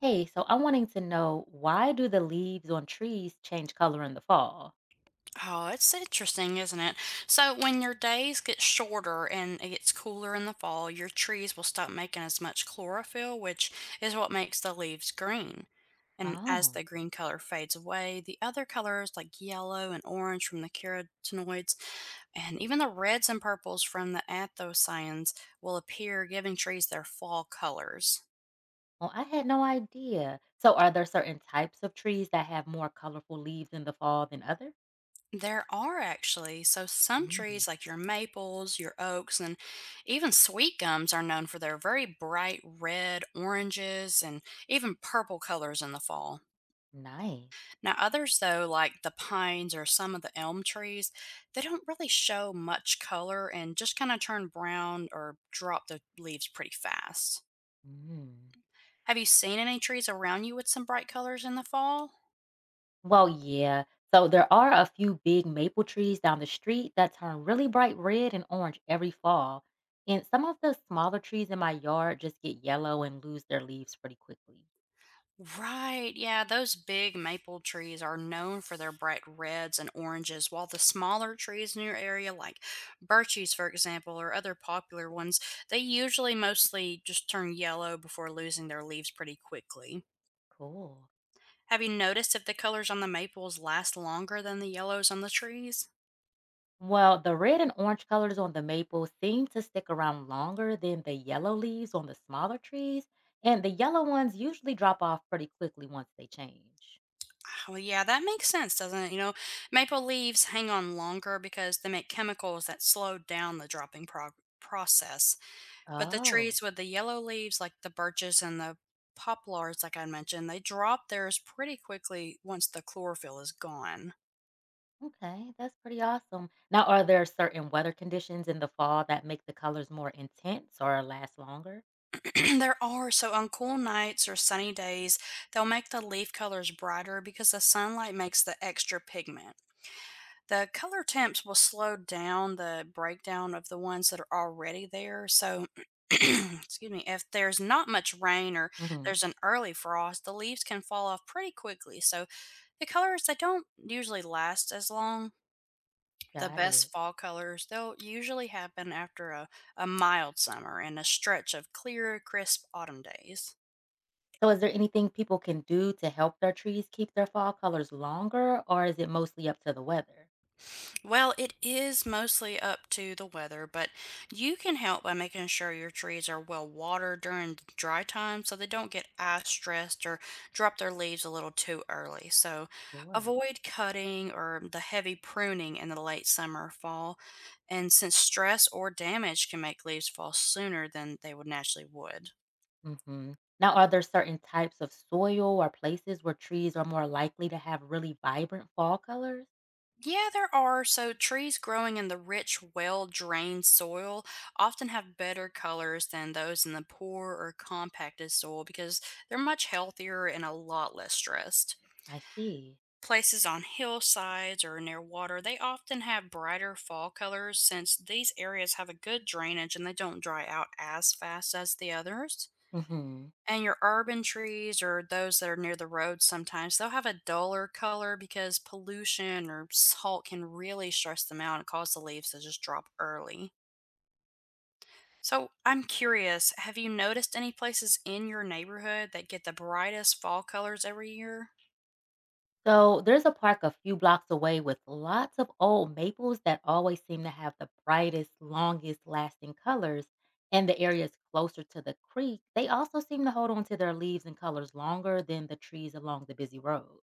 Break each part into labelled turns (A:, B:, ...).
A: Hey, so I'm wanting to know, why do the leaves on trees change color in the fall?
B: Oh, it's interesting, isn't it? So, when your days get shorter and it gets cooler in the fall, your trees will stop making as much chlorophyll, which is what makes the leaves green. And as
A: Oh.
B: the green color fades away, the other colors like yellow and orange from the carotenoids and even the reds and purples from the anthocyanins will appear, giving trees their fall colors.
A: Well, I had no idea. So are there certain types of trees that have more colorful leaves in the fall than others?
B: There are actually. So some
A: Mm.
B: trees like your maples, your oaks, and even sweet gums are known for their very bright red, oranges, and even purple colors in the fall.
A: Nice.
B: Now others though, like the pines or some of the elm trees, they don't really show much color and just kind of turn brown or drop the leaves pretty fast.
A: Mm.
B: Have you seen any trees around you with some bright colors in the fall?
A: Well, yeah. So there are a few big maple trees down the street that turn really bright red and orange every fall. And some of the smaller trees in my yard just get yellow and lose their leaves pretty quickly.
B: Right. Yeah, those big maple trees are known for their bright reds and oranges, while the smaller trees in your area, like birches, for example, or other popular ones, they usually mostly just turn yellow before losing their leaves pretty quickly.
A: Cool.
B: Have you noticed if the colors on the maples last longer than the yellows on the trees?
A: Well, the red and orange colors on the maple seem to stick around longer than the yellow leaves on the smaller trees, and the yellow ones usually drop off pretty quickly once they change.
B: Oh, yeah, that makes sense, doesn't it? Maple leaves hang on longer because they make chemicals that slow down the process. But the
A: Oh,
B: trees with the yellow leaves, like the birches and the poplars, like I mentioned, they drop theirs pretty quickly once the chlorophyll is gone.
A: okay. That's pretty awesome. Now, are there certain weather conditions in the fall that make the colors more intense or last longer?
B: There are, so on cool nights or sunny days, they'll make the leaf colors brighter because the sunlight makes the extra pigment. The color temps will slow down the breakdown of the ones that are already there. So, excuse me, if there's not much rain or
A: Hmm.
B: there's an early frost, the leaves can fall off pretty quickly. So, the colors they don't usually last as long. The
A: Got
B: best
A: it.
B: fall colors they'll usually happen after a mild summer and a stretch of clear, crisp autumn days.
A: So, is there anything people can do to help their trees keep their fall colors longer, or is it mostly up to the weather?
B: Well, it is mostly up to the weather, but you can help by making sure your trees are well watered during the dry time so they don't get ice stressed or drop their leaves a little too early. So
A: Sure.
B: avoid cutting or the heavy pruning in the late summer, or fall. And since stress or damage can make leaves fall sooner than they would naturally would.
A: Mhm. Now, are there certain types of soil or places where trees are more likely to have really vibrant fall colors?
B: Yeah, there are. So, trees growing in the rich, well drained soil often have better colors than those in the poor or compacted soil because they're much healthier and a lot less stressed.
A: I see.
B: Places on hillsides or near water, they often have brighter fall colors since these areas have a good drainage and they don't dry out as fast as the others.
A: Hmm.
B: And your urban trees or those that are near the road sometimes, they'll have a duller color because pollution or salt can really stress them out and cause the leaves to just drop early. So I'm curious, have you noticed any places in your neighborhood that get the brightest fall colors every year?
A: So, there's a park a few blocks away with lots of old maples that always seem to have the brightest, longest lasting colors. And the areas closer to the creek, they also seem to hold on to their leaves and colors longer than the trees along the busy road.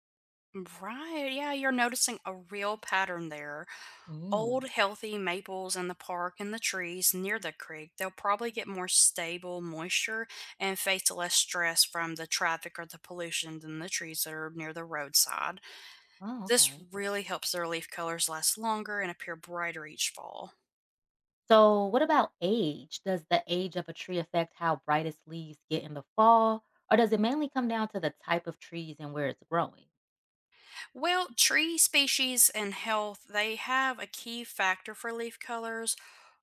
B: Right. Yeah, you're noticing a real pattern there.
A: Mm.
B: Old, healthy maples in the park and the trees near the creek, they'll probably get more stable moisture and face less stress from the traffic or the pollution than the trees that are near the roadside.
A: Oh,
B: This
A: okay.
B: really helps their leaf colors last longer and appear brighter each fall.
A: So, what about age? Does the age of a tree affect how bright its leaves get in the fall, or does it mainly come down to the type of trees and where it's growing?
B: Well, tree species and health, they have a key factor for leaf colors,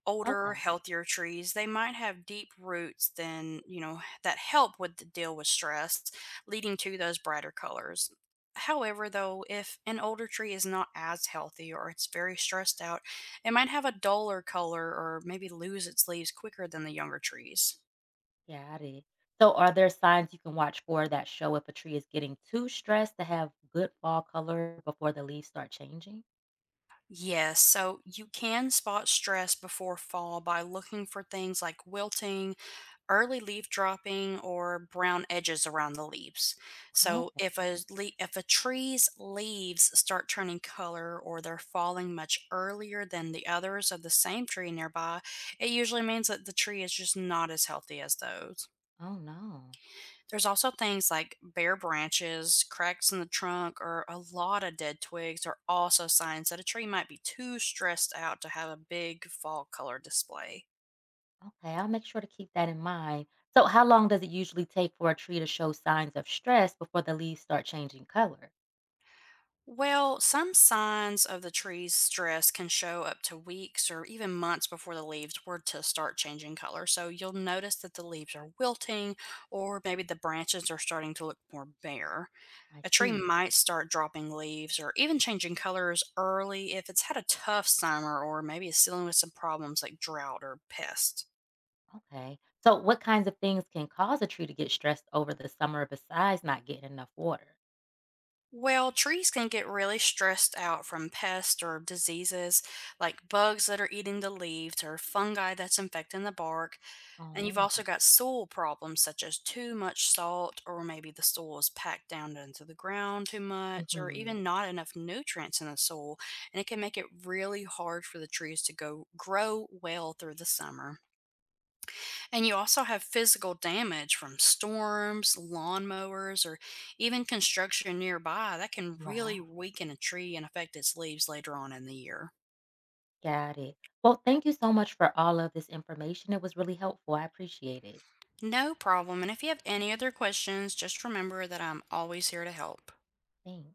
B: older,
A: Okay,
B: healthier trees, they might have deep roots than, that help with the deal with stress, leading to those brighter colors. However, though, if an older tree is not as healthy or it's very stressed out, it might have a duller color or maybe lose its leaves quicker than the younger trees.
A: got it. So, are there signs you can watch for that show if a tree is getting too stressed to have good fall color before the leaves start changing?
B: Yes, so you can spot stress before fall by looking for things like wilting, early leaf dropping or brown edges around the leaves. So
A: Okay.
B: if a tree's leaves start turning color or they're falling much earlier than the others of the same tree nearby, it usually means that the tree is just not as healthy as those.
A: Oh no.
B: There's also things like bare branches, cracks in the trunk, or a lot of dead twigs are also signs that a tree might be too stressed out to have a big fall color display.
A: Okay, I'll make sure to keep that in mind. So, how long does it usually take for a tree to show signs of stress before the leaves start changing color?
B: Well, some signs of the tree's stress can show up to weeks or even months before the leaves were to start changing color. So you'll notice that the leaves are wilting or maybe the branches are starting to look more bare.
A: I
B: A tree
A: see.
B: might start dropping leaves or even changing colors early if it's had a tough summer or maybe it's dealing with some problems like drought or pests.
A: Okay. So, what kinds of things can cause a tree to get stressed over the summer besides not getting enough water?
B: Well, trees can get really stressed out from pests or diseases like bugs that are eating the leaves or fungi that's infecting the bark. And you've
A: Oh.
B: also got soil problems such as too much salt, or maybe the soil is packed down into the ground too much, or
A: Hmm.
B: even not enough nutrients in the soil. And it can make it really hard for the trees to go grow well through the summer. And you also have physical damage from storms, lawnmowers, or even construction nearby that can
A: Wow.
B: really weaken a tree and affect its leaves later on in the year.
A: Got it. Well, thank you so much for all of this information. It was really helpful. I appreciate it.
B: No problem. And if you have any other questions, just remember that I'm always here to help.
A: Thanks.